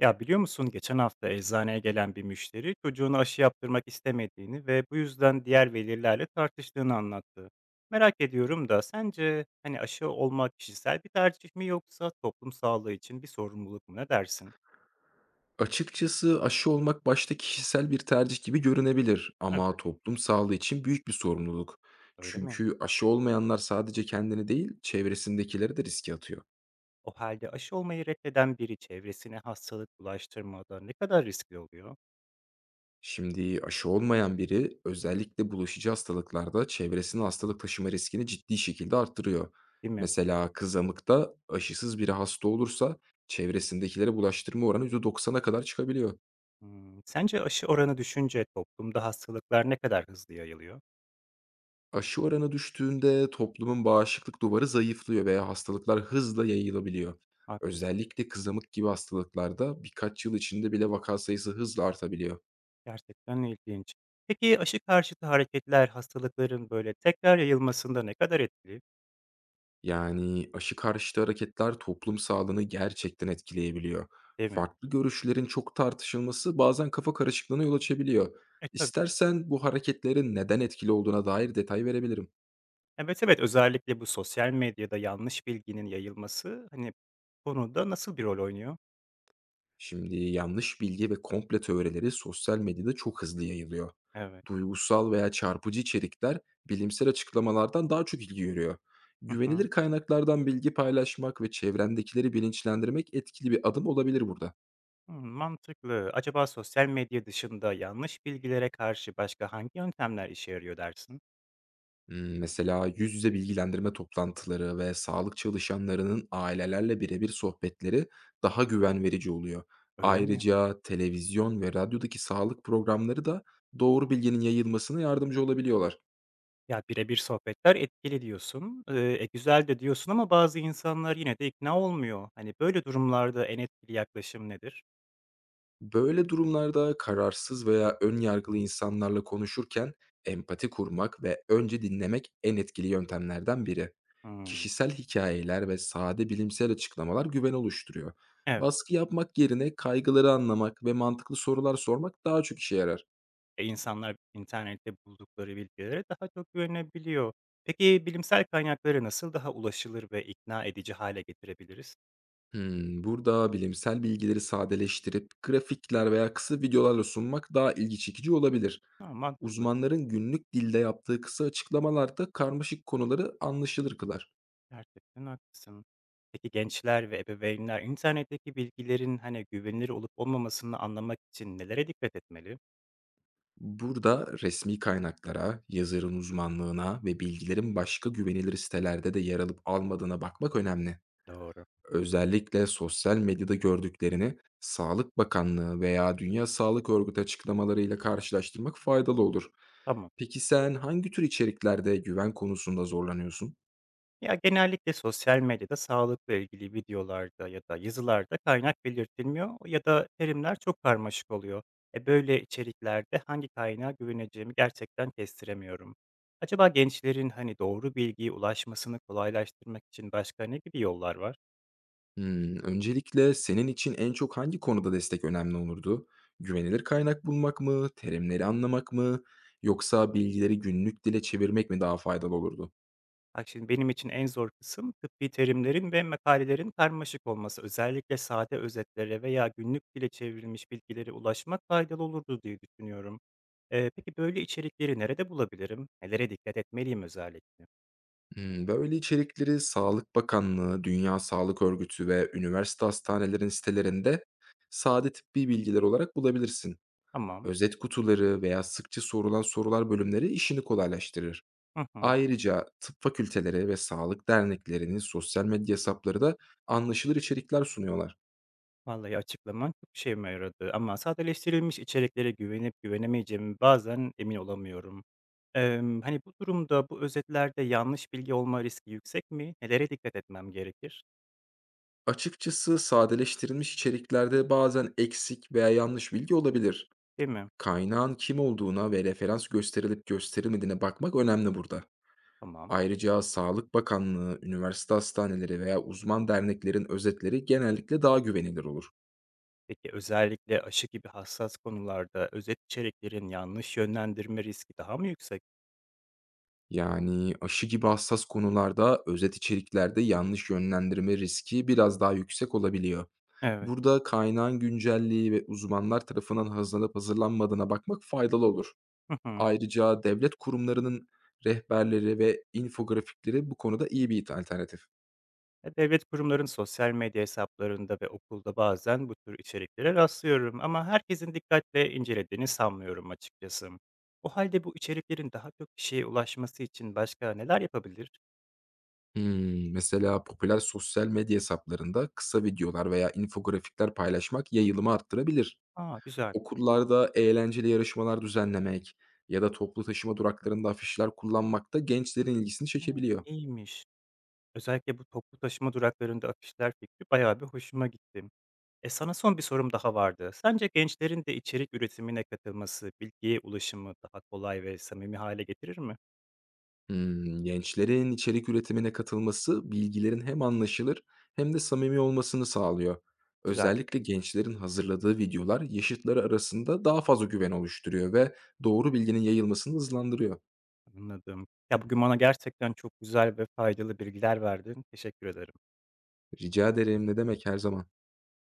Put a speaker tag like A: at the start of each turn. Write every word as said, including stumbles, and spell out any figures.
A: Ya biliyor musun geçen hafta eczaneye gelen bir müşteri çocuğunu aşı yaptırmak istemediğini ve bu yüzden diğer velilerle tartıştığını anlattı. Merak ediyorum da sence hani aşı olmak kişisel bir tercih mi yoksa toplum sağlığı için bir sorumluluk mu, ne dersin?
B: Açıkçası aşı olmak başta kişisel bir tercih gibi görünebilir ama
A: Evet.
B: toplum sağlığı için büyük bir sorumluluk.
A: Öyle mi?
B: Çünkü aşı olmayanlar sadece kendini değil, çevresindekileri de riske atıyor.
A: O halde aşı olmayı reddeden biri çevresine hastalık bulaştırmada ne kadar riskli oluyor,
B: Şimdi aşı olmayan biri, özellikle bulaşıcı hastalıklarda, çevresine hastalık taşıma riskini ciddi şekilde arttırıyor.
A: değil mi?
B: Mesela kızamıkta aşısız biri hasta olursa çevresindekilere bulaştırma oranı yüzde doksan'a kadar çıkabiliyor.
A: Hmm. Sence aşı oranı düşünce toplumda hastalıklar ne kadar hızlı yayılıyor?
B: Aşı oranı düştüğünde toplumun bağışıklık duvarı zayıflıyor veya hastalıklar hızla yayılabiliyor.
A: Haklısın.
B: Özellikle kızamık gibi hastalıklarda birkaç yıl içinde bile vaka sayısı hızla artabiliyor.
A: Gerçekten ilginç. Peki aşı karşıtı hareketler hastalıkların, böyle, tekrar yayılmasında ne kadar etkili,
B: Yani aşı karşıtı hareketler toplum sağlığını gerçekten etkileyebiliyor.
A: değil mi?
B: Farklı görüşlerin çok tartışılması bazen kafa karışıklığına yol açabiliyor.
A: E, tabii.
B: İstersen bu hareketlerin neden etkili olduğuna dair detay verebilirim.
A: Evet, evet, özellikle bu sosyal medyada yanlış bilginin yayılması, hani, konuda nasıl bir rol oynuyor?
B: Şimdi yanlış bilgi ve komple teorileri sosyal medyada çok hızlı yayılıyor.
A: Evet.
B: Duygusal veya çarpıcı içerikler bilimsel açıklamalardan daha çok ilgi görüyor.
A: Hı hı.
B: Güvenilir kaynaklardan bilgi paylaşmak ve çevrendekileri bilinçlendirmek etkili bir adım olabilir burada.
A: Hımm, mantıklı. Acaba sosyal medya dışında yanlış bilgilere karşı başka hangi yöntemler işe yarıyor dersin?
B: Hmm, Mesela yüz yüze bilgilendirme toplantıları ve sağlık çalışanlarının ailelerle birebir sohbetleri daha güven verici oluyor.
A: Öyle mi?
B: Ayrıca televizyon ve radyodaki sağlık programları da doğru bilginin yayılmasına yardımcı olabiliyorlar.
A: Ya, birebir sohbetler etkili diyorsun, eee, e, güzel de diyorsun ama bazı insanlar yine de ikna olmuyor. Hani, böyle durumlarda en etkili yaklaşım nedir?
B: Böyle durumlarda kararsız veya ön yargılı insanlarla konuşurken empati kurmak ve önce dinlemek en etkili yöntemlerden biri.
A: Hımm.
B: Kişisel hikayeler ve sade bilimsel açıklamalar güven oluşturuyor.
A: Evet.
B: Baskı yapmak yerine kaygıları anlamak ve mantıklı sorular sormak daha çok işe yarar.
A: E, insanlar internette buldukları bilgilere daha çok güvenebiliyor. Peki, bilimsel kaynakları nasıl daha ulaşılır ve ikna edici hâle getirebiliriz?
B: Hmm, burada bilimsel bilgileri sadeleştirip grafikler veya kısa videolarla sunmak daha ilgi çekici olabilir.
A: A, mantıklı.
B: Uzmanların günlük dilde yaptığı kısa açıklamalar da karmaşık konuları anlaşılır kılar.
A: Gerçekten haklısın. Peki, gençler ve ebeveynler internetteki bilgilerin, hani, güvenilir olup olmamasını anlamak için nelere dikkat etmeli?
B: Burada resmi kaynaklara, yazarın uzmanlığına ve bilgilerin başka güvenilir sitelerde de yer alıp almadığına bakmak önemli.
A: Doğru.
B: Özellikle sosyal medyada gördüklerini Sağlık Bakanlığı veya Dünya Sağlık Örgütü açıklamalarıyla karşılaştırmak faydalı olur.
A: Tamam.
B: Peki sen hangi tür içeriklerde güven konusunda zorlanıyorsun?
A: Ya, genellikle sosyal medyada sağlıkla ilgili videolarda ya da yazılarda kaynak belirtilmiyor ya da terimler çok karmaşık oluyor. E, böyle içeriklerde hangi kaynağa güveneceğimi gerçekten kestiremiyorum. Acaba gençlerin hani doğru bilgiye ulaşmasını kolaylaştırmak için başka ne gibi yollar var?
B: Hımm, öncelikle senin için en çok hangi konuda destek önemli olurdu? Güvenilir kaynak bulmak mı, terimleri anlamak mı, yoksa bilgileri günlük dile çevirmek mi daha faydalı olurdu?
A: Bak şimdi benim için en zor kısım tıbbi terimlerin ve makalelerin karmaşık olması. Özellikle sade özetlere veya günlük dile çevrilmiş bilgilere ulaşmak faydalı olurdu diye düşünüyorum. Eee, peki böyle içerikleri nerede bulabilirim? Nelere dikkat etmeliyim özellikle?
B: Hımm, böyle içerikleri Sağlık Bakanlığı, Dünya Sağlık Örgütü ve üniversite hastanelerinin sitelerinde sade tıbbi bilgiler olarak bulabilirsin.
A: Tamam.
B: Özet kutuları veya sıkça sorulan sorular bölümleri işini kolaylaştırır.
A: Hı hı.
B: Ayrıca tıp fakülteleri ve sağlık derneklerinin sosyal medya hesapları da anlaşılır içerikler sunuyorlar.
A: Vallahi açıklaman çok işime yaradı ama sadeleştirilmiş içeriklere güvenip güvenemeyeceğimi bazen emin olamıyorum. Emm, hani bu durumda bu özetlerde yanlış bilgi olma riski yüksek mi? Nelere dikkat etmem gerekir?
B: Açıkçası sadeleştirilmiş içeriklerde bazen eksik veya yanlış bilgi olabilir.
A: Değil mi?
B: Kaynağın kim olduğuna ve referans gösterilip gösterilmediğine bakmak önemli burada.
A: Tamam.
B: Ayrıca Sağlık Bakanlığı, üniversite hastaneleri veya uzman derneklerin özetleri genellikle daha güvenilir olur.
A: Peki özellikle aşı gibi hassas konularda özet içeriklerin yanlış yönlendirme riski daha mı yüksek?
B: Yani aşı gibi hassas konularda özet içeriklerde yanlış yönlendirme riski biraz daha yüksek olabiliyor.
A: Evet.
B: Burada kaynağın güncelliği ve uzmanlar tarafından hazırlanıp hazırlanmadığına bakmak faydalı olur.
A: Hı hı.
B: Ayrıca devlet kurumlarının rehberleri ve infografikleri bu konuda iyi bir alternatif.
A: E, devlet kurumların sosyal medya hesaplarında ve okulda bazen bu tür içeriklere rastlıyorum ama herkesin dikkatle incelediğini sanmıyorum açıkçası. O halde bu içeriklerin daha çok kişiye ulaşması için başka neler yapabilir?
B: Hmm. Mesela popüler sosyal medya hesaplarında kısa videolar veya infografikler paylaşmak yayılımı arttırabilir.
A: Aa, güzel.
B: Okullarda eğlenceli yarışmalar düzenlemek ya da toplu taşıma duraklarında afişler kullanmak da gençlerin ilgisini
A: Hı,
B: çekebiliyor.
A: iyiymiş. Özellikle bu toplu taşıma duraklarında afişler fikri bayağı bir hoşuma gitti. E, sana son bir sorum daha vardı. Sence gençlerin de içerik üretimine katılması, bilgiye ulaşımı daha kolay ve samimi hale getirir mi?
B: Hımm, gençlerin içerik üretimine katılması bilgilerin hem anlaşılır hem de samimi olmasını sağlıyor.
A: Güzel.
B: Özellikle gençlerin hazırladığı videolar yaşıtları arasında daha fazla güven oluşturuyor ve doğru bilginin yayılmasını hızlandırıyor.
A: Anladım. Ya, bugün bana gerçekten çok güzel ve faydalı bilgiler verdin. Teşekkür ederim.
B: Rica ederim, ne demek, her zaman.